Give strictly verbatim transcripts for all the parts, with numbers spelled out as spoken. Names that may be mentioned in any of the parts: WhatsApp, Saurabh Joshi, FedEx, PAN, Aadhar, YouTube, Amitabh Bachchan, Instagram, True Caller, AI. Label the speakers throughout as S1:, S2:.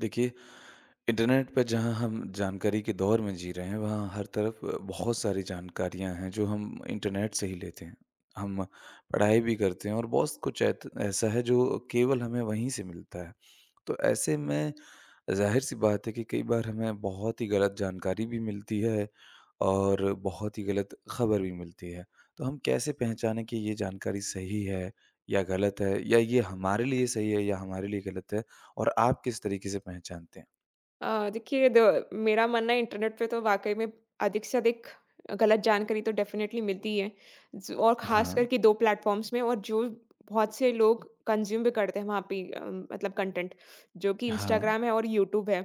S1: देखिए, इंटरनेट पे जहाँ हम जानकारी के दौर में जी रहे हैं, वहाँ हर तरफ बहुत सारी जानकारियाँ हैं जो हम इंटरनेट से ही लेते हैं। हम पढ़ाई भी करते हैं और बहुत कुछ ऐत ऐसा है जो केवल हमें वहीं से मिलता है। तो ऐसे में ज़ाहिर-सी बात है कि कई बार हमें बहुत ही गलत जानकारी भी मिलती है और बहुत ही गलत खबर भी मिलती है। तो हम कैसे पहचानें कि ये जानकारी सही है या गलत है या ये हमारे लिए सही है या हमारे लिए गलत है? और आप किस तरीके से पहचानते हैं?
S2: अ, देखिए द मेरा मानना है, इंटरनेट पे तो वाक़ई में अधिक से अधिक गलत जानकारी तो डेफ़िनेटली मिलती है। ज और ख़ास
S1: हाँ।
S2: करके दो प्लेटफ़ॉर्म्स में, और जो बहुत से लोग कंज़्यूम भी करते हैं वहाँ पे, अ, मतलब कंटेंट, जो कि
S1: हाँ।
S2: इंस्टाग्राम है और यूट्यूब है।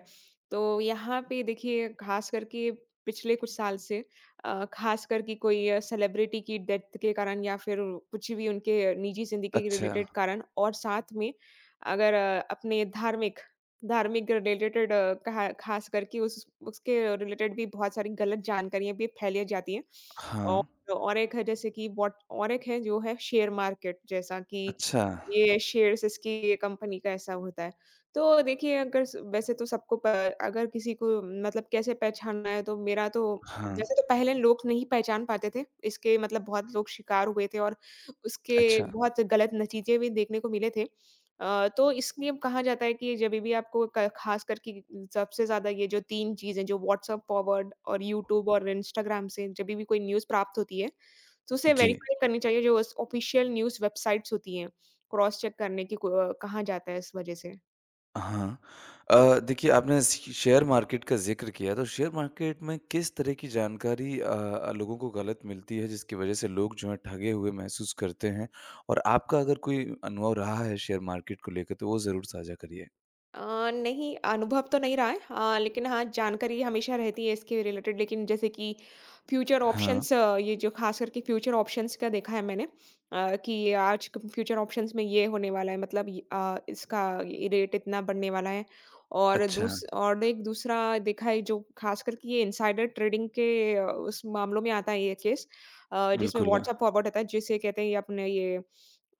S2: तो यहाँ पे देखिए ख़ास करके पिछले कुछ साल से अ, ख़ास करके कोई अ, सेलिब्रिटी की डेथ के कारण, या फिर कुछ भी उनके निजी ज़िंदगी के
S1: अच्छा।
S2: रिलेटेड कारण, और साथ में अगर अ, अपने धार्मिक धार्मिक रिलेटेड अ, कहा, खास करके उस उसके रिलेटेड भी बहुत सारी गलत जानकारियाँ भी फैलाई जाती हैं।
S1: हाँ।
S2: और और एक है, जैसे कि व्हाट और एक है जो है शेयर मार्केट, जैसा कि
S1: अच्छा।
S2: ये शेयर्स इसकी ये कंपनी का ऐसा होता है। तो देखिए अगर स वैसे तो सबको प अगर किसी को मतलब कैसे पहचानना है, तो मेरा तो
S1: हाँ।
S2: वैसे तो, पहले लोग नहीं पहचान पाते थे। इसके मतलब बहुत लोग शिकार हुए थे, और उसके
S1: अच्छा।
S2: बहुत गलत नतीजे भी देखने को मिले थे। अ, तो इसलिए कहा जाता है कि जब भी आपको क खास करके सबसे ज़्यादा ये जो तीन चीज़ें जो व्हाट्सएप फॉरवर्ड और यूट्यूब और इंस्टाग्राम से, जब भी कोई न्यूज़ प्राप्त होती है, तो उसे
S1: जी।
S2: वेरीफाई करनी चाहिए जो ऑस ऑफिशियल न्यूज़ वेबसाइट्स होती हैं, क्रॉस चेक करने की को अ, कहा जाता है इस वजह से।
S1: हाँ। अ, देखिए आपने श शेयर मार्केट का ज़िक्र किया तो शेयर मार्केट में किस तरह की जानकारी अ अ, लोगों को गलत मिलती है जिसकी वज़ह से लोग जो हैं ठगे हुए महसूस करते हैं? और आपका अगर कोई अनुभव रहा है शेयर मार्केट को लेकर तो वो ज़रूर साझा करिए।
S2: अ, नहीं, अनुभव तो नहीं रहा है। हाँ, लेकिन हाँ, जानकारी हमेशा रहती है इसके रिलेटेड, लेकिन जैसे कि फ्यूचर
S1: हाँ।
S2: ऑप्शंस, ये जो ख़ास करके फ्यूचर ऑप्शंस का देखा है मैंने, अ, कि ये आज क फ्यूचर ऑप्शंस में ये होने वाला है, मतलब य अ, इसका ये रेट इतना बढ़ने वाला है। और
S1: अच्छा।
S2: दूस और एक दूसरा देखा है, जो ख़ास करके ये इनसाइडर ट्रेडिंग के अ, उस मामलों में आता है ये केस, अ, जिसमें
S1: बिल्कुल।
S2: व्हाट्सएप फॉरवर्ड होता है, जिसे कहते हैं ये अपने ये,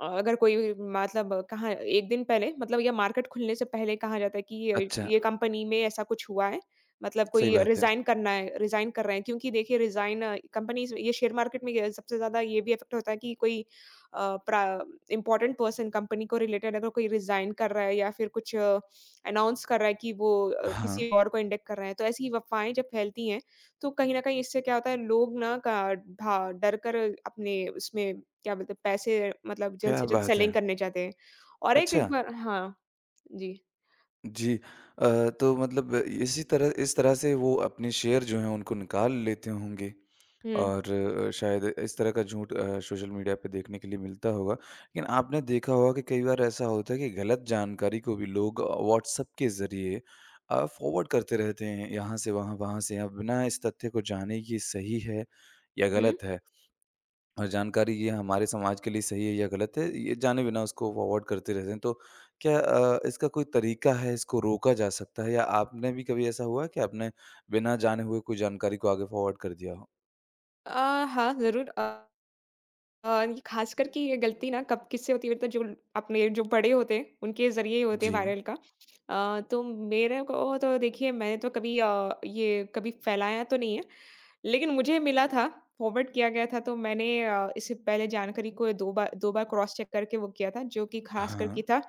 S2: अ, अगर कोई मतलब कहाँ एक दिन पहले मतलब या मार्केट खुलने से पहले कहा जाता है कि ये
S1: अच्छा।
S2: ये कंपनी में ऐसा कुछ हुआ है, मतलब
S1: सही
S2: कोई
S1: बात है।
S2: रिज़ाइन करना है, रिज़ाइन कर रहे हैं, क्योंकि देखिए रिज़ाइन कंपनीज़, ये शेयर मार्केट में ये सबसे ज़्यादा ये भी इफ़ेक्ट होता है कि कोई अ, प्रा इम्पोर्टेंट पर्सन कंपनी को रिलेटेड, अगर कोई रिज़ाइन कर रहा है या फिर कुछ अनाउंस कर रहा है कि वो अ,
S1: हाँ।
S2: किसी और को इंडेक्ट कर रहे हैं, तो ऐसी अफ़वाहें जब फैलती हैं, तो कहीं न कहीं इससे क्या होता है, लोग ना का भा डर कर, अपने उसमें क्या बोलते हैं, पैसे मतलब जल्द
S1: क्या
S2: से जल्द
S1: बात है!
S2: सेलिंग करने चाहते हैं। और एक एक
S1: अच्छा।
S2: बार, हाँ, जी।
S1: जी। अ, तो मतलब इसी तरह इस तरह से वो अपने शेयर जो हैं उनको निकाल लेते होंगे
S2: हुँ,
S1: और अ, शायद इस तरह का झूठ अ, सोशल मीडिया पे देखने के लिए मिलता होगा। लेकिन आपने देखा होगा कि कई बार ऐसा होता है कि गलत जानकारी को भी लोग व्हाट्सएप के ज़रिए अ, फॉरवर्ड करते रहते हैं यहाँ से वहाँ, वहाँ से यहाँ बिना इस तथ्य को जाने कि सही है या
S2: हुँ।
S1: गलत है। और जानकारी ये हमारे समाज के लिए सही है या गलत है, ये जाने बिना उसको फॉरवर्ड करते रहते हैं। तो क्या अ, इसका कोई तरीका है, इसको रोका जा सकता है या आपने भी कभी ऐसा हुआ है कि आपने बिना जाने हुए कोई जानकारी को आगे फॉरवर्ड कर दिया हो?
S2: अ, हाँ, ज़रूर, अ, ये ख़ासकर कि ये गलती ना कब किससे होती है, मतलब जो अपने जो बड़े होते हैं, उनके ज़रिए ही होते हैं
S1: जी।
S2: वायरल का। अ, तो मेरे को तो देखिए, मैंने तो कभी अ, ये कभी फैलाया तो नहीं है। लेकिन मुझे मिला था, फॉरवर्ड किया गया था, तो मैंने अ, इससे पहले जानकारी को दो बार दो बार क्रॉस चेक करके वो किया था, जो कि ख़ास
S1: हाँ,
S2: करके था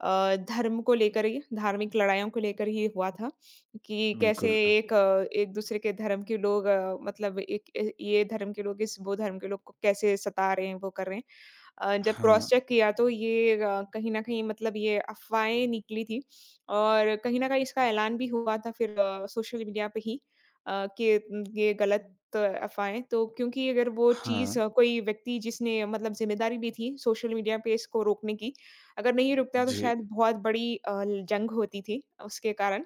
S2: अ, धर्म को लेकर ही, धार्मिक लड़ाइयों को लेकर ही हुआ था कि कैसे
S1: बिल्कुल। अ,
S2: एक अ, एक-दूसरे के धर्म के लोग, अ, मतलब एक अ, ये धर्म के लोग इस वो धर्म के लोग को कैसे सता रहे हैं, वो कर रहे हैं। अ, जब
S1: हाँ।
S2: क्रॉस चेक किया, तो ये अ, कहीं न कहीं मतलब ये अफ़वाहें निकली थी, और कहीं न कहीं इसका ऐलान भी हुआ था, फिर अ, सोशल मीडिया पे ही, अ, कि उम, ये गलत अफ़वाहें, तो क्योंकि अगर वो
S1: हाँ।
S2: चीज़, अ, कोई व्यक्ति जिसने मतलब ज़िम्मेदारी ली थी सोशल मीडिया पे इसको रोकने की, अगर नहीं रुकता तो
S1: जी,
S2: शायद बहुत बड़ी अ, जंग होती थी उसके कारण।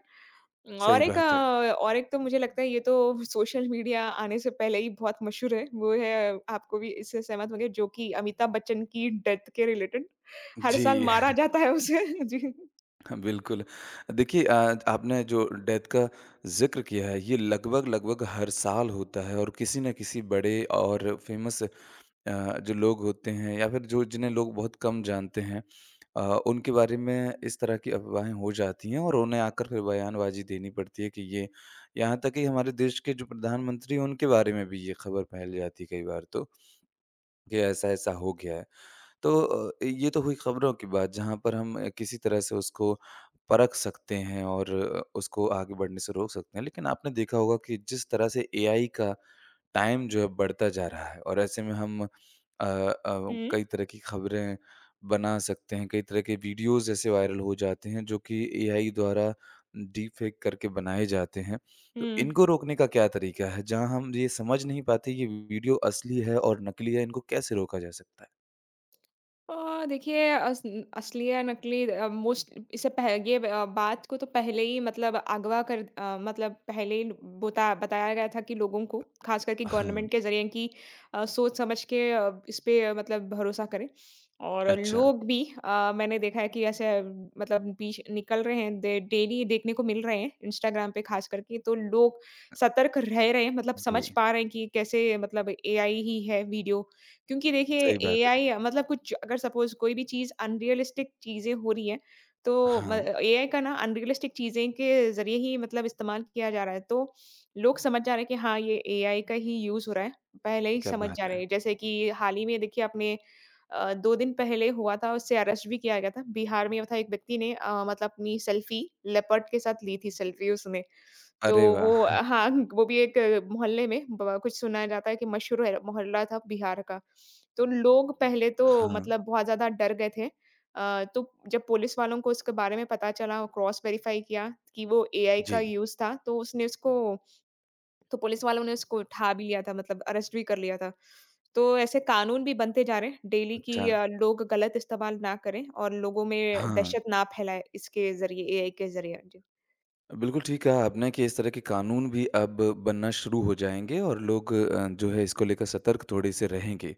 S2: और
S1: सही
S2: एक
S1: बात है।
S2: अ, और एक तो मुझे लगता है ये तो सोशल मीडिया आने से पहले ही बहुत मशहूर है, वो है, आपको भी इससे सहमत होंगे, जो कि अमिताभ बच्चन की डेथ के रिलेटेड हर साल
S1: जी।
S2: मारा जाता है उसे। जी।
S1: बिल्कुल। देखिए अ, आपने जो डेथ का ज़िक्र किया है, ये लगभग-लगभग हर साल होता है और किसी न किसी बड़े और फ़ेमस अ, जो लोग होते हैं या फिर जो जिन्हें लोग बहुत कम जानते हैं अ, उनके बारे में इस तरह की अफवाहें हो जाती हैं और उन्हें आकर फिर बयानबाजी देनी पड़ती है कि ये यहाँ तक कि हमारे देश के जो प्रधानमंत्री हैं उनके बारे में भी ये खबर फैल जाती है कई बार तो कि ऐसा ऐसा हो गया है। तो अ, ये तो हुई खबरों की बात जहाँ पर हम अ, किसी तरह से उसको परख सकते हैं और अ, उसको आगे बढ़ने से रोक सकते हैं, लेकिन आपने देखा होगा कि जिस तरह से ए आई का टाइम जो है बढ़ता जा रहा है और ऐसे में हम अ अ, कई
S2: हुँ,
S1: तरह की खबरें बना सकते हैं, कई तरह के वीडियोज़ ऐसे वायरल हो जाते हैं जो कि ए आई द्वारा डीप फेक करके बनाए जाते हैं।
S2: हुँ।
S1: तो इनको रोकने का क्या तरीका है? जहाँ हम ये समझ नहीं पाते ये वीडियो असली है और नकली है, इनको कैसे रोका जा सकता है?
S2: अ, देखिए अस असली या नकली, अ, मोस्ट इससे पह ये अ, बात को तो पहले ही, मतलब अगवा कर, अ, मतलब पहले ही बता बताया गया था कि लोगों को, खास करके
S1: हाँ।
S2: गवर्नमेंट के ज़रिए कि अ, सोच समझ के अ, इस पे अ, मतलब भरोसा करें। और
S1: अच्छा।
S2: लोग भी अ, मैंने देखा है कि ऐसे आ, मतलब बीच निकल रहे हैं, डे डेली देखने को मिल रहे हैं, इंस्टाग्राम पे खास करके, तो लोग सतर्क रह रहे हैं, मतलब समझ
S1: जी।
S2: पा रहे हैं कि कैसे मतलब एआई ही है वीडियो, क्योंकि देखिए
S1: सही बात है।
S2: एआई मतलब कुछ, अगर सपोज़ कोई भी चीज़ अनरियलिस्टिक चीज़ें हो रही हैं, तो म
S1: हाँ।
S2: एआई का ना अनरियलिस्टिक चीज़ें के ज़रिए ही मतलब इस्तेमाल किया जा रहा है। तो लोग समझ जा रहे हैं कि हाँ, ये एआई का ही यूज़ हो रहा है, पहले ही
S1: क्या
S2: समझ
S1: बात
S2: जा रहे
S1: है!
S2: हैं। जैसे कि हाल ही में देखिए अपने अ, दो दिन पहले हुआ था, उससे अरेस्ट भी किया गया था। बिहार में था, एक व्यक्ति ने अ, मतलब अपनी सेल्फ़ी लेपर्ड के साथ ली थी, सेल्फ़ी उसने। तो
S1: अरे
S2: वो,
S1: वाह!
S2: हाँ, वो भी एक अ, मोहल्ले में ब कुछ सुना जाता है कि मशहूर है, मोहल्ला था बिहार का। तो लोग पहले तो
S1: हाँ।
S2: मतलब बहुत ज़्यादा डर गए थे। अ, तो जब पुलिस वालों को उसके बारे में पता चला, क्रॉस वेरिफ़ाई किया कि वो एआई का
S1: जी।
S2: यूज़ था, तो उसने उसको, तो पुलिस वालों ने उसको उठा भी लिया था, मतलब अरेस्ट भी कर लिया था। तो ऐसे कानून भी बनते जा रहे हैं डेली कि
S1: अच्छा।
S2: अ, लोग गलत इस्तेमाल ना करें और लोगों में
S1: हाँ।
S2: दहशत ना फैलाएँ इसके ज़रिए, एआई के ज़रिए। जी।
S1: बिल्कुल ठीक कहा आपने कि इस तरह के कानून भी अब बनना शुरू हो जाएँगे और लोग अ, जो है इसको लेकर सतर्क थोड़े से रहेंगे।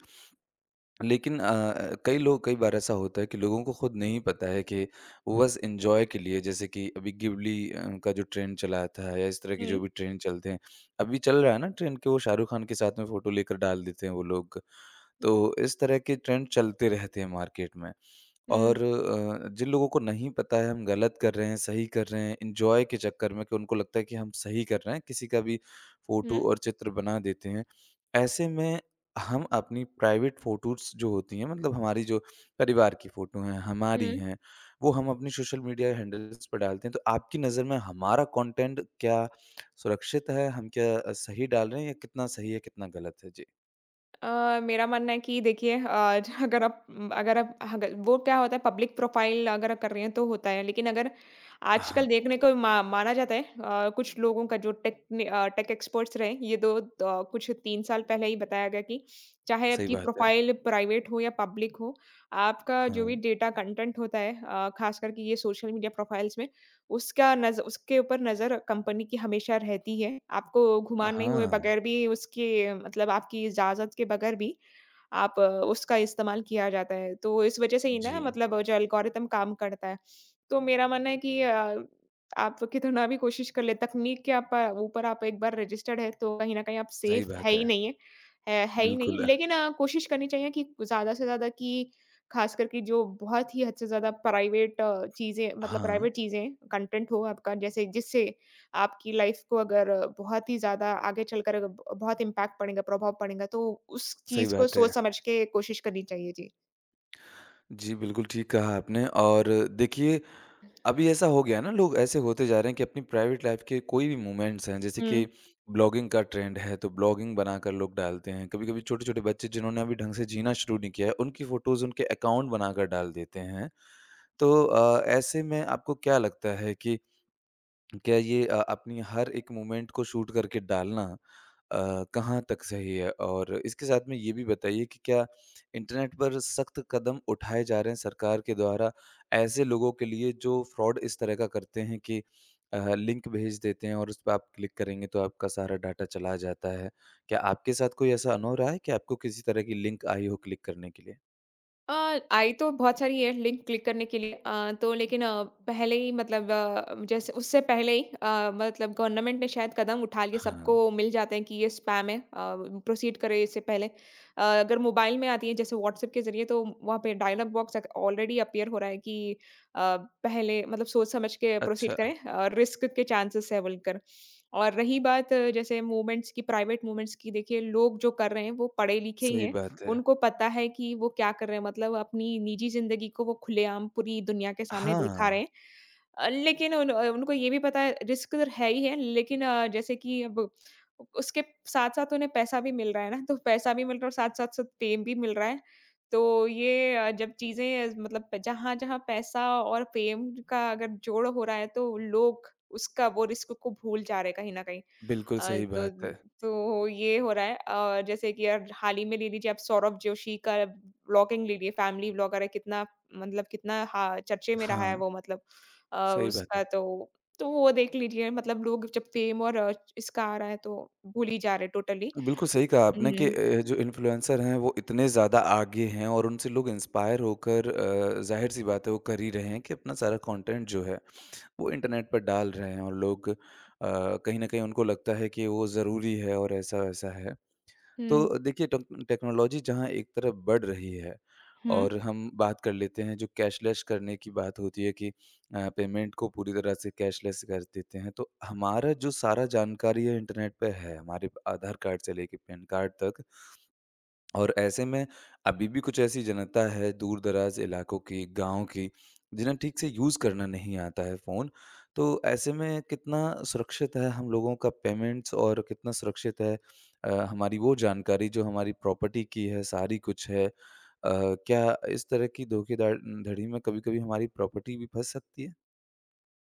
S1: लेकिन अ, कई लोग कई बार ऐसा होता है कि लोगों को खुद नहीं पता है कि वो बस एन्जॉय के लिए, जैसे कि अभी गिबली अ, का जो ट्रेंड चला था या इस तरह की
S2: हुँ।
S1: जो भी ट्रेंड चलते हैं। अभी चल रहा है ना ट्रेंड कि वो शाहरुख खान के साथ में फ़ोटो लेकर डाल देते हैं वो लोग। तो इस तरह के ट्रेंड चलते रहते हैं मार्केट में। और
S2: हुँ।
S1: अ, जिन लोगों को नहीं पता है हम गलत कर रहे हैं, सही कर रहे हैं, एन्जॉय के चक्कर में कि उनको लगता है कि हम सही कर रहे हैं, किसी का भी फ़ोटो
S2: हुँ,
S1: और चित्र बना देते हैं। ऐसे में हम अपनी प्राइवेट फ़ोटोज़ जो होती हैं, मतलब हमारी जो परिवार की फ़ोटो हैं, हमारी
S2: हुँ।
S1: हैं, वो हम अपनी सोशल मीडिया हैंडल्स पर डालते हैं। तो आपकी नज़र में हमारा कंटेंट क्या सुरक्षित है? हम क्या अ, सही डाल रहे हैं या कितना सही है, कितना गलत है? जी।
S2: अ, मेरा मानना है कि देखिए, अ, ज अगर आप, उम, अगर आप अगर वो क्या होता है, पब्लिक प्रोफ़ाइल अगर आप कर रहे हैं तो होता है। लेकिन अगर आजकल
S1: हाँ,
S2: देखने को मा माना जाता है, अ, कुछ लोगों का जो टेक ने अ, टेक एक्सपर्ट्स रहे, ये दो द कुछ तीन साल पहले ही बताया गया कि चाहे
S1: सही
S2: आपकी
S1: बात है।
S2: प्रोफ़ाइल प्राइवेट हो या पब्लिक हो, आपका
S1: हाँ।
S2: जो भी डेटा कंटेंट होता है, अ, ख़ास करके ये सोशल मीडिया प्रोफ़ाइल्स में, उसका नज़ उसके ऊपर नज़र कंपनी की हमेशा रहती है। आपको घुमाने हुए
S1: हाँ।
S2: बगैर भी उसके, मतलब आपकी इजाज़त के बगैर भी आप, अ, उसका इस्तेमाल किया जाता है। तो इस वज़ह से ही ना
S1: जी,
S2: मतलब जो एल्गोरिथम काम करता है। तो मेरा मानना है कि अ, आप कितना भी कोशिश कर ले तकनीक के आप, अ, ऊपर आप एक बार रजिस्टर्ड है तो कहीं न कहीं आप
S1: सही
S2: सेफ़ है
S1: बात
S2: ही
S1: है।
S2: नहीं है। है है ही नहीं।
S1: बिल्कुल।
S2: लेकिन अ, कोशिश करनी चाहिए कि ज़्यादा से ज़्यादा कि ख़ासकर कि जो बहुत ही हद से ज़्यादा प्राइवेट, अ, चीज़ें मतलब
S1: हाँ,
S2: प्राइवेट चीज़ें कंटेंट हो आपका, जैसे जिससे आपकी लाइफ़ को अगर अ, बहुत ही ज़्यादा आगे चलकर अगर ब बहुत इम्पैक्ट पड़ेगा, प्रभाव पड़ेगा, तो उस
S1: सही
S2: चीज़ को
S1: बात
S2: सोच
S1: है।
S2: समझ के कोशिश करनी चाहिए। जी।
S1: जी, बिल्कुल ठीक कहा आपने। और देखिए, अभी ऐसा हो गया है ना, लोग ऐसे होते जा रहे हैं कि अपनी प्राइवेट लाइफ़ के कोई भी मोमेंट्स हैं, जैसे कि
S2: हुँ।
S1: ब्लॉगिंग का ट्रेंड है, तो ब्लॉगिंग बनाकर लोग डालते हैं। कभी-कभी छोटे-छोटे बच्चे जिन्होंने अभी ढंग से जीना शुरू नहीं किया है, उनकी फ़ोटोज़ उनके अकाउंट बनाकर डाल देते हैं। तो अ, ऐसे में आपको क्या लगता है कि क्या ये अ, अपनी हर एक मोमेंट को शूट करके डालना अ, कहाँ तक सही है? और इसके साथ में ये भी बताइए कि क्या इंटरनेट पर सख्त कदम उठाए जा रहे हैं सरकार के द्वारा ऐसे लोगों के लिए जो फ्रॉड इस तरह का करते हैं कि अ, लिंक भेज देते हैं और उस पे आप क्लिक करेंगे तो आपका सारा डाटा चला जाता है। क्या आपके साथ कोई ऐसा अनुभव रहा है कि आपको किसी तरह की लिंक आई हो क्लिक करने के लिए?
S2: अ, आई तो बहुत सारी है लिंक क्लिक करने के लिए, अ, तो लेकिन अ, पहले ही मतलब, अ, जैसे उससे पहले ही अ, मतलब गवर्नमेंट ने शायद कदम उठा लिए,
S1: हाँ।
S2: सबको मिल जाते हैं कि ये स्पैम है, प्रोसीड करें, इससे पहले अ, अगर मोबाइल में आती है जैसे व्हाट्सएप के जरिए, तो वहाँ पे डायलॉग बॉक्स ऑलरेडी अपीयर हो रहा है कि अ, पहले मतलब सोच समझ के प्रोसीड
S1: अच्छा।
S2: करें और रिस्क के चांसेस है बोलकर। और रही बात अ, जैसे मूवमेंट्स की, प्राइवेट मूवमेंट्स की, देखिए लोग जो कर रहे हैं वो पढ़े लिखे ही
S1: सही
S2: हैं,
S1: बात है।
S2: उनको पता है कि वो क्या कर रहे हैं, मतलब अपनी निजी ज़िंदगी को वो खुलेआम पूरी दुनिया के सामने दिखा रहे
S1: हाँ,
S2: हैं। अ, लेकिन उन अ, उनको ये भी पता है, रिस्क तो है ही है, लेकिन अ, जैसे कि अब उसके साथ-साथ उन्हें पैसा भी मिल रहा है ना, तो पैसा भी मिल रहा है और साथ-साथ साथ साथ फेम भी मिल रहा है। तो ये अ, जब चीज़ें मतलब जहाँ-जहाँ पैसा और फेम का अगर जोड़ हो रहा है, तो लोग उसका वो रिस्क को भूल जा रहे हैं कहीं न कहीं।
S1: बिल्कुल
S2: अ,
S1: सही
S2: तो
S1: बात है।
S2: तो ये हो रहा है, अ, जैसे कि यार हाल ही में ले लीजिए आप, सौरभ जोशी का व्लॉगिंग ले लिए, फैमिली व्लॉगर है, कितना मतलब कितना, हाँ, चर्चे में रहा है
S1: हाँ,
S2: वो, मतलब अ,
S1: सही बात
S2: उसका
S1: है।
S2: तो, तो वो देख लीजिए, मतलब लोग जब फेम और, अ, इसका आ रहा है तो भूल ही जा रहे, टोटली।
S1: बिल्कुल सही कहा आपने कि
S2: हुँ,
S1: अ, जो इन्फ्लुएंसर हैं वो इतने ज़्यादा आगे हैं और उनसे लोग इंस्पायर होकर अ, ज़ाहिर-सी बात है वो कर ही रहे हैं कि अपना सारा कंटेंट जो है वो इंटरनेट पर डाल रहे हैं और लोग अ, कहीं न कहीं उनको लगता है कि वो ज़रूरी है और ऐसा-वैसा है। तो
S2: हुँ,
S1: देखिए, टेक टेक्नोलॉजी जहाँ एक तरफ बढ़ रही है
S2: हुँ।
S1: और हम बात कर लेते हैं जो कैशलेस करने की बात होती है कि अ, पेमेंट को पूरी तरह से कैशलेस कर देते हैं, तो हमारा जो सारा जानकारी है इंटरनेट पे है, हमारे आधार कार्ड से लेके पैन कार्ड तक। और ऐसे में अभी भी कुछ ऐसी जनता है दूर-दराज इलाकों की, गाँव की, जिन्हें ठीक से यूज़ करना नहीं आता है फ़ोन। तो ऐसे में कितना सुरक्षित है हम लोगों का पेमेंट्स और कितना सुरक्षित है अ, हमारी वो जानकारी जो हमारी प्रॉपर्टी की है, सारी कुछ है। अ, क्या इस तरह की धोखेधाड़ धड़ी में कभी-कभी हमारी प्रॉपर्टी भी फँस सकती है?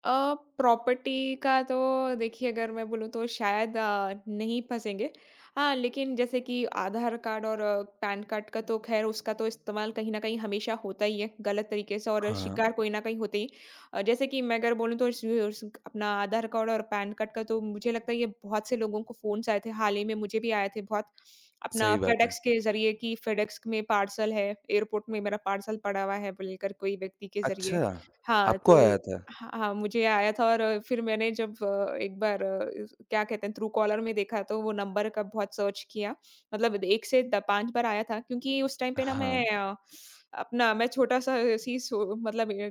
S2: अ, प्रॉपर्टी का तो देखिए, अगर मैं बोलूँ तो शायद अ, नहीं फँसेंगे। हाँ, लेकिन जैसे कि आधार कार्ड और अ, पैन कार्ड का, तो ख़ैर उसका तो इस्तेमाल कहीं न कहीं हमेशा होता ही है, गलत तरीके से, और
S1: हाँ,
S2: शिकार कोई न कोई होते ही। अ, जैसे कि मैं अगर बोलूँ, तो इस उस अपना आधार कार्ड और पैन कार्ड का, तो मुझे लगता है ये बहुत से लोगों को फ़ोन्स आए थे, हाल ही में मुझे भी आए थे बहुत। अपना
S1: सही बात है।
S2: फेडेक्स के ज़रिए कि फेडेक्स में पार्सल है, एयरपोर्ट में मेरा पार्सल पड़ा हुआ है बोलकर, कोई व्यक्ति के ज़रिए।
S1: अच्छा,
S2: हाँ,
S1: आपको
S2: तो,
S1: आया था?
S2: हाँ, हाँ, मुझे आया था, और अ, फिर मैंने जब अ, एक बार अ, इस क्या कहते हैं, ट्रू कॉलर में देखा, तो वो नंबर का बहुत सर्च किया। मतलब एक से द पाँच बार आया था, क्योंकि उस टाइम पे ना
S1: हाँ।
S2: मैं अ, अपना मैं छोटा-सा सी सो मतलब, अ,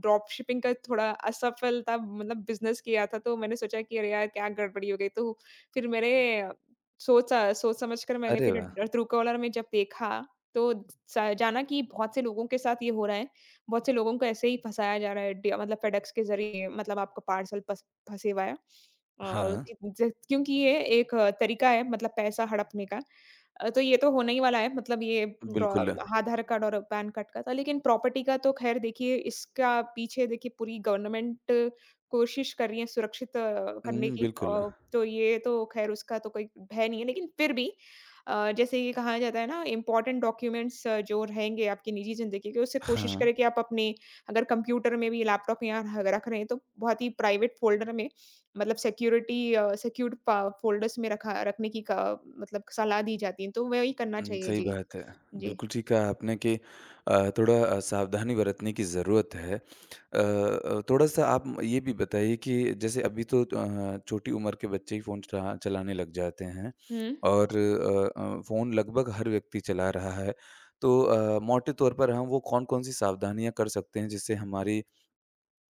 S2: ड्रॉप शिपिंग का थोड़ा असफलता मतलब बिज़नेस किया था, तो मैंने सोचा कि अरे यार! क्या गड़बड़ी हो गई। तो फिर मैंने अ, सोचा, सोच समझ कर मैंने
S1: अरे
S2: फिर
S1: वाह!
S2: ट्रू कॉलर में जब देखा, तो स जाना कि बहुत से लोगों के साथ ये हो रहा है। बहुत से लोगों को ऐसे ही फँसाया जा रहा है, डि मतलब फेडेक्स के ज़रिए, मतलब आपका पार्सल फँस फँसे हुआ है। और
S1: हाँ,
S2: कि ज क्योंकि ये एक अ, तरीका है मतलब पैसा हड़पने का। अ, तो ये तो होने ही वाला है, मतलब ये ड्रॉ
S1: बिल्कुल।
S2: आधार कार्ड और पैन कार्ड का था। लेकिन प्रॉपर्टी का तो ख़ैर देखिए, इसका पीछे देखिए पूरी गवर्नमेंट कोशिश कर रही है सुरक्षित अ, करने
S1: हुँ,
S2: की।
S1: बिल्कुल।
S2: अ, तो ये तो ख़ैर उसका तो कोई भय नहीं है। लेकिन फिर भी अ, जैसे ये कहा जाता है ना, इम्पोर्टेंट डॉक्यूमेंट्स जो रहेंगे आपकी निजी ज़िंदगी के, उससे कोशिश
S1: हाँ।
S2: करें कि आप अपने, अगर कंप्यूटर में भी लैपटॉप या ह रख रहे हैं, तो बहुत ही प्राइवेट फ़ोल्डर में, मतलब सिक्योरिटी, अ, सिक्योर्ड फ़ा फ़ोल्डर्स में रखा, रखने की क मतलब सलाह दी जाती है, तो वही करना
S1: उम,
S2: चाहिए।
S1: सही
S2: जी।
S1: बात है।
S2: जी।
S1: बिल्कुल ठीक कहा आपने कि अ, थोड़ा अ, सावधानी बरतने की ज़रूरत है। अ अ, थोड़ा-सा आप ये भी बताइए कि जैसे अभी तो अ, छोटी उम्र के बच्चे ही फ़ोन चला चलाने लग जाते हैं
S2: हुँ।
S1: और अ अ, फ़ोन लगभग हर व्यक्ति चला रहा है। तो अ, मोटे तौर पर हम वो कौन-कौन सी सावधानियाँ कर सकते हैं जिससे हमारी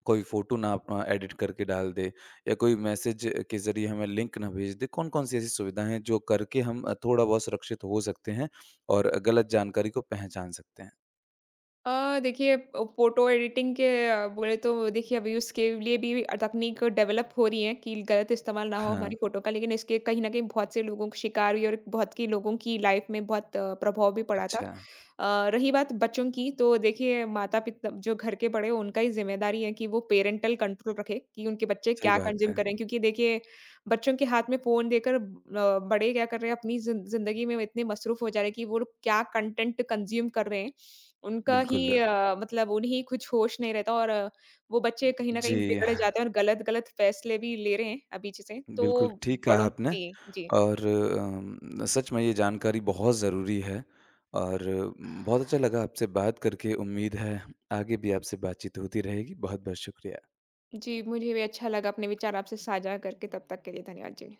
S1: कोई फ़ोटो ना अपना एडिट करके डाल दे या कोई मैसेज के ज़रिए हमें लिंक ना भेज दे, कौन-कौन सी ऐसी सुविधाएँ हैं जो करके हम अ, थोड़ा-बहुत सुरक्षित हो सकते हैं और गलत जानकारी को पहचान सकते हैं?
S2: अ, देखिए, अ, फ़ोटो एडिटिंग के अ, बोले, तो देखिए अभी उसके लिए भी तकनीक डेवलप हो रही है कि गलत इस्तेमाल ना हो हमारी
S1: हाँ।
S2: फ़ोटो का। लेकिन इसके कहीं न कहीं बहुत से लोगों को शिकार हुई और बहुत की लोगों की लाइफ़ में बहुत अ, प्रभाव भी पड़ा था।
S1: अच्छा।
S2: अ, रही बात बच्चों की, तो देखिए माता-पिता जो घर के बड़े हैं, उनका ही ज़िम्मेदारी है कि वो पेरेंटल कंट्रोल रखें कि उनके बच्चे
S1: सही
S2: क्या
S1: बात
S2: कंज़्यूम
S1: है।
S2: करें। क्योंकि देखिए बच्चों के हाथ में फ़ोन देकर अ, बड़े क्या कर रहे हैं अपनी ज़िन ज़िंदगी में, वो इतने मसरूफ़ हो जा रहे हैं कि वो लोग क्या कंटेंट कंज़्यूम कर रहे हैं, उनका ही
S1: बिल्कुल।
S2: अ, मतलब उन्हें कुछ होश नहीं रहता, और अ, वो बच्चे कहीं न कहीं
S1: जी,
S2: बिगड़ जाते हैं और गलत-गलत फ़ैसले भी ले रहे हैं अभी से,
S1: बिल्कुल
S2: तो
S1: ठीक कहा
S2: बड़ों,
S1: आपने
S2: जी, जी।
S1: और अम, सच में ये जानकारी बहुत ज़रूरी है और अम, बहुत अच्छा लगा आपसे बात करके, उम्मीद है आगे भी आपसे बातचीत होती रहेगी। बहुत-बहुत शुक्रिया।
S2: जी, मुझे भी अच्छा लगा अपने विचार आपसे साझा करके, तब तक के लिए धन्यवाद जी।